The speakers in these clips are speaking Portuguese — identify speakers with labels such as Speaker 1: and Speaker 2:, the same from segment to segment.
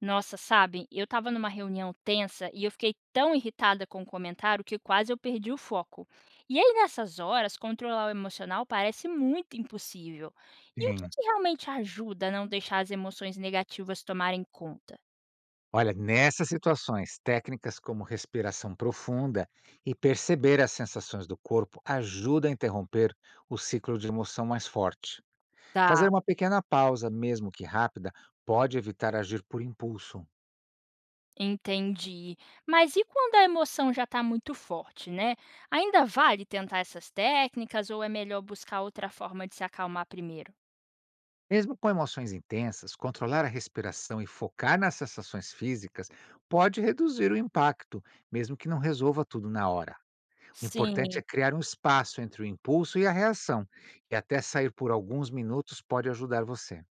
Speaker 1: Nossa, sabe, eu estava numa reunião tensa e eu fiquei tão irritada com o comentário que quase eu perdi o foco. E aí, nessas horas, controlar o emocional parece muito impossível. E o que,
Speaker 2: Sim.
Speaker 1: que realmente ajuda a não deixar as emoções negativas tomarem conta?
Speaker 2: Olha, nessas situações, técnicas como respiração profunda e perceber as sensações do corpo ajudam a interromper o ciclo de emoção mais forte. Fazer
Speaker 1: Tá,
Speaker 2: uma pequena pausa, mesmo que rápida, pode evitar agir por impulso.
Speaker 1: entendi. Mas e quando a emoção já está muito forte, né? Ainda vale tentar essas técnicas ou é melhor buscar outra forma de se acalmar primeiro?
Speaker 2: Mesmo com emoções intensas, controlar a respiração e focar nas sensações físicas pode reduzir o impacto, mesmo que não resolva tudo na hora. O importante é
Speaker 1: Sim.
Speaker 2: criar um espaço entre o impulso e a reação, e até sair por alguns minutos pode ajudar você.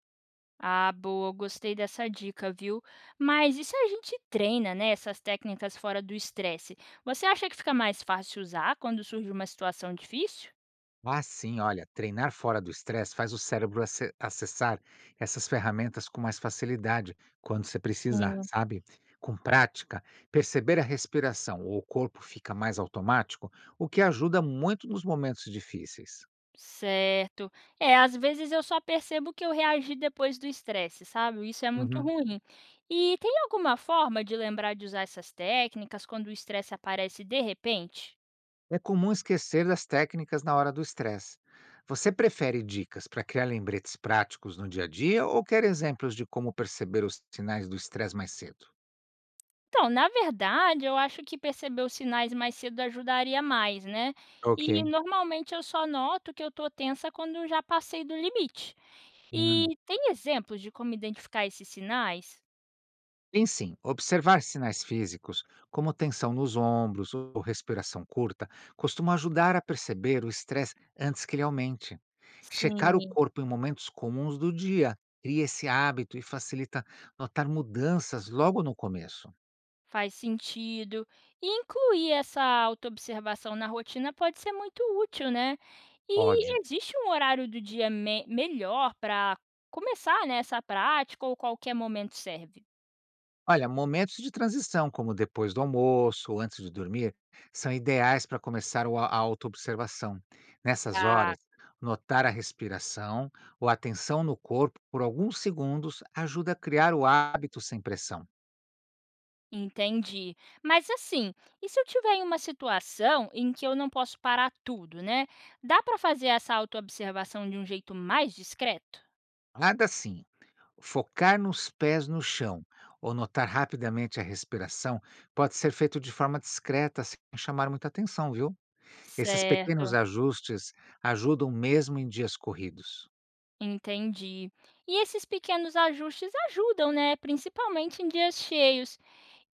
Speaker 1: Ah, boa, gostei dessa dica, viu? Mas e se a gente treina, né, essas técnicas fora do estresse? Você acha que fica mais fácil usar quando surge uma situação difícil?
Speaker 2: Ah, sim, olha, treinar fora do estresse faz o cérebro acessar essas ferramentas com mais facilidade quando você precisar,
Speaker 1: Sim.
Speaker 2: sabe? Com prática, perceber a respiração ou o corpo fica mais automático, o que ajuda muito nos momentos difíceis.
Speaker 1: Certo. É, às vezes eu só percebo que eu reagi depois do estresse, sabe? Isso é muito
Speaker 2: Uhum.
Speaker 1: ruim. E tem alguma forma de lembrar de usar essas técnicas quando o estresse aparece de repente?
Speaker 2: É comum esquecer das técnicas na hora do estresse. Você prefere dicas para criar lembretes práticos no dia a dia ou quer exemplos de como perceber os sinais do estresse mais cedo?
Speaker 1: Então, na verdade, eu acho que perceber os sinais mais cedo ajudaria mais, né? E
Speaker 2: Ok.
Speaker 1: normalmente eu só noto que eu tô tensa quando eu já passei do limite.
Speaker 2: Hum,
Speaker 1: E tem exemplos de como identificar esses sinais?
Speaker 2: Em sim, observar sinais físicos, como tensão nos ombros ou respiração curta, costuma ajudar a perceber o estresse antes que ele aumente. Checar o
Speaker 1: Sim,
Speaker 2: corpo em momentos comuns do dia cria esse hábito e facilita notar mudanças logo no começo.
Speaker 1: faz sentido. E incluir essa autoobservação na rotina pode ser muito útil, né?
Speaker 2: Pode.
Speaker 1: E existe um horário do dia melhor para começar, né, essa prática ou qualquer momento serve?
Speaker 2: Olha, momentos de transição, como depois do almoço ou antes de dormir, são ideais para começar o a autoobservação. Nessas horas, notar a respiração ou a tensão no corpo por alguns segundos ajuda a criar o hábito sem pressão.
Speaker 1: Entendi. Mas assim, e se eu tiver em uma situação em que eu não posso parar tudo, né? Dá para fazer essa autoobservação de um jeito mais discreto?
Speaker 2: Nada assim. Focar nos pés no chão ou notar rapidamente a respiração pode ser feito de forma discreta, sem chamar muita atenção, viu? Esses pequenos
Speaker 1: Certo,
Speaker 2: ajustes ajudam mesmo em dias corridos.
Speaker 1: entendi. E esses pequenos ajustes ajudam, né? Principalmente em dias cheios.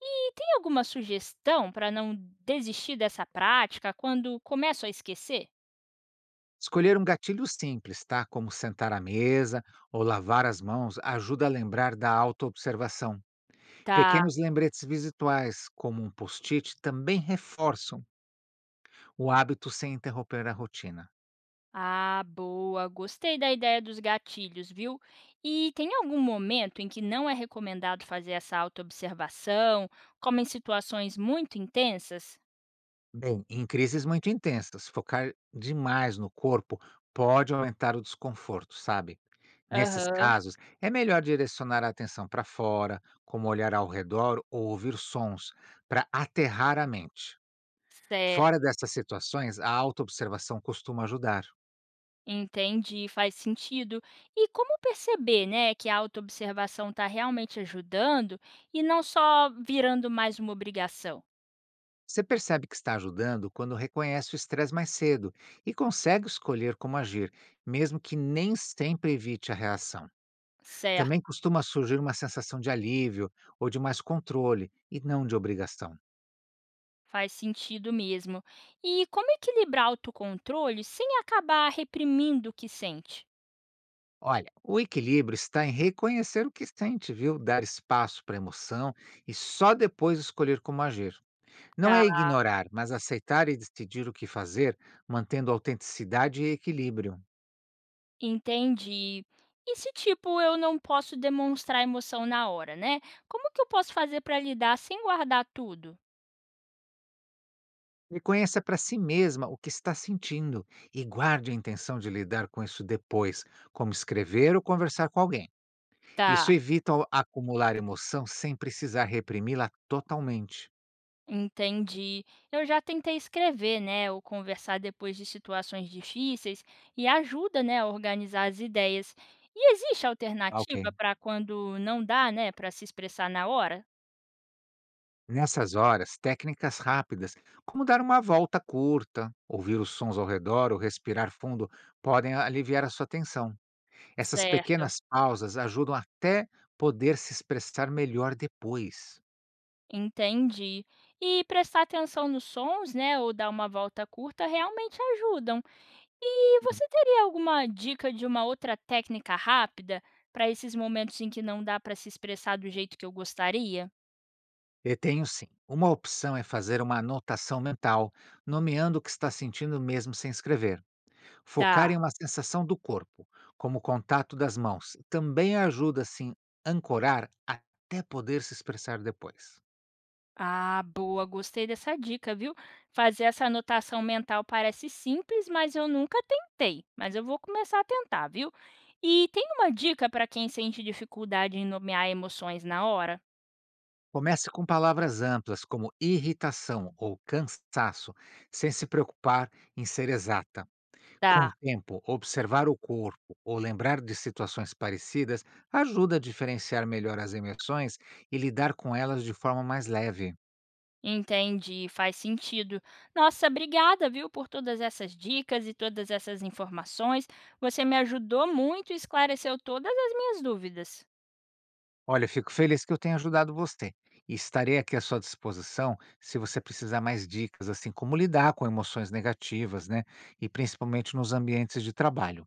Speaker 1: E tem alguma sugestão para não desistir dessa prática quando começo a esquecer?
Speaker 2: Escolher um gatilho simples, tá? Como sentar à mesa ou lavar as mãos, ajuda a lembrar da autoobservação.
Speaker 1: Tá.
Speaker 2: Pequenos lembretes visuais, como um post-it, também reforçam o hábito sem interromper a rotina.
Speaker 1: Ah, boa. Gostei da ideia dos gatilhos, viu? E tem algum momento em que não é recomendado fazer essa autoobservação, como em situações muito intensas?
Speaker 2: Bem, em crises muito intensas, focar demais no corpo pode aumentar o desconforto, sabe? Nesses
Speaker 1: Aham,
Speaker 2: casos, é melhor direcionar a atenção para fora, como olhar ao redor ou ouvir sons, para aterrar a mente. Fora
Speaker 1: certo.
Speaker 2: dessas situações, a autoobservação costuma ajudar.
Speaker 1: Entendi, faz sentido. E como perceber, né, que a autoobservação está realmente ajudando e não só virando mais uma obrigação?
Speaker 2: Você percebe que está ajudando quando reconhece o estresse mais cedo e consegue escolher como agir, mesmo que nem sempre evite a reação.
Speaker 1: Certo,
Speaker 2: Também costuma surgir uma sensação de alívio ou de mais controle e não de obrigação.
Speaker 1: faz sentido mesmo. E como equilibrar autocontrole sem acabar reprimindo o que sente?
Speaker 2: Olha, o equilíbrio está em reconhecer o que sente, viu? Dar espaço para a emoção e só depois escolher como agir. Não
Speaker 1: Tá.
Speaker 2: é ignorar, mas aceitar e decidir o que fazer, mantendo autenticidade e equilíbrio.
Speaker 1: Entendi. E se, tipo, eu não posso demonstrar emoção na hora, né? Como que eu posso fazer para lidar sem guardar tudo?
Speaker 2: Reconheça para si mesma o que está sentindo e guarde a intenção de lidar com isso depois, como escrever ou conversar com alguém. Isso
Speaker 1: Tá.
Speaker 2: evita acumular emoção sem precisar reprimi-la totalmente.
Speaker 1: Entendi. Eu já tentei escrever, né, ou conversar depois de situações difíceis e ajuda, né, a organizar as ideias. E existe
Speaker 2: Ah,
Speaker 1: alternativa
Speaker 2: Ok.
Speaker 1: para quando não dá, né, para se expressar na hora?
Speaker 2: Nessas horas, técnicas rápidas, como dar uma volta curta, ouvir os sons ao redor ou respirar fundo, podem aliviar a sua tensão. Essas
Speaker 1: Certo,
Speaker 2: pequenas pausas ajudam até poder se expressar melhor depois.
Speaker 1: entendi. E prestar atenção nos sons, né, ou dar uma volta curta realmente ajudam. E você teria alguma dica de uma outra técnica rápida para esses momentos em que não dá para se expressar do jeito que eu gostaria?
Speaker 2: Eu tenho sim. Uma opção é fazer uma anotação mental, nomeando o que está sentindo mesmo sem escrever. Focar
Speaker 1: Tá.
Speaker 2: em uma sensação do corpo, como o contato das mãos, também ajuda a se ancorar até poder se expressar depois.
Speaker 1: Ah, boa, gostei dessa dica, viu? Fazer essa anotação mental parece simples, mas eu nunca tentei. Mas eu vou começar a tentar, viu? E tem uma dica para quem sente dificuldade em nomear emoções na hora?
Speaker 2: Comece com palavras amplas como irritação ou cansaço, sem se preocupar em ser exata. Com o
Speaker 1: Tá.
Speaker 2: tempo, observar o corpo ou lembrar de situações parecidas ajuda a diferenciar melhor as emoções e lidar com elas de forma mais leve.
Speaker 1: Entendi, faz sentido. Nossa, obrigada, viu, por todas essas dicas e todas essas informações. Você me ajudou muito e esclareceu todas as minhas dúvidas.
Speaker 2: Olha, fico feliz que eu tenha ajudado você e estarei aqui à sua disposição se você precisar mais dicas, assim como lidar com emoções negativas, né? E principalmente nos ambientes de trabalho.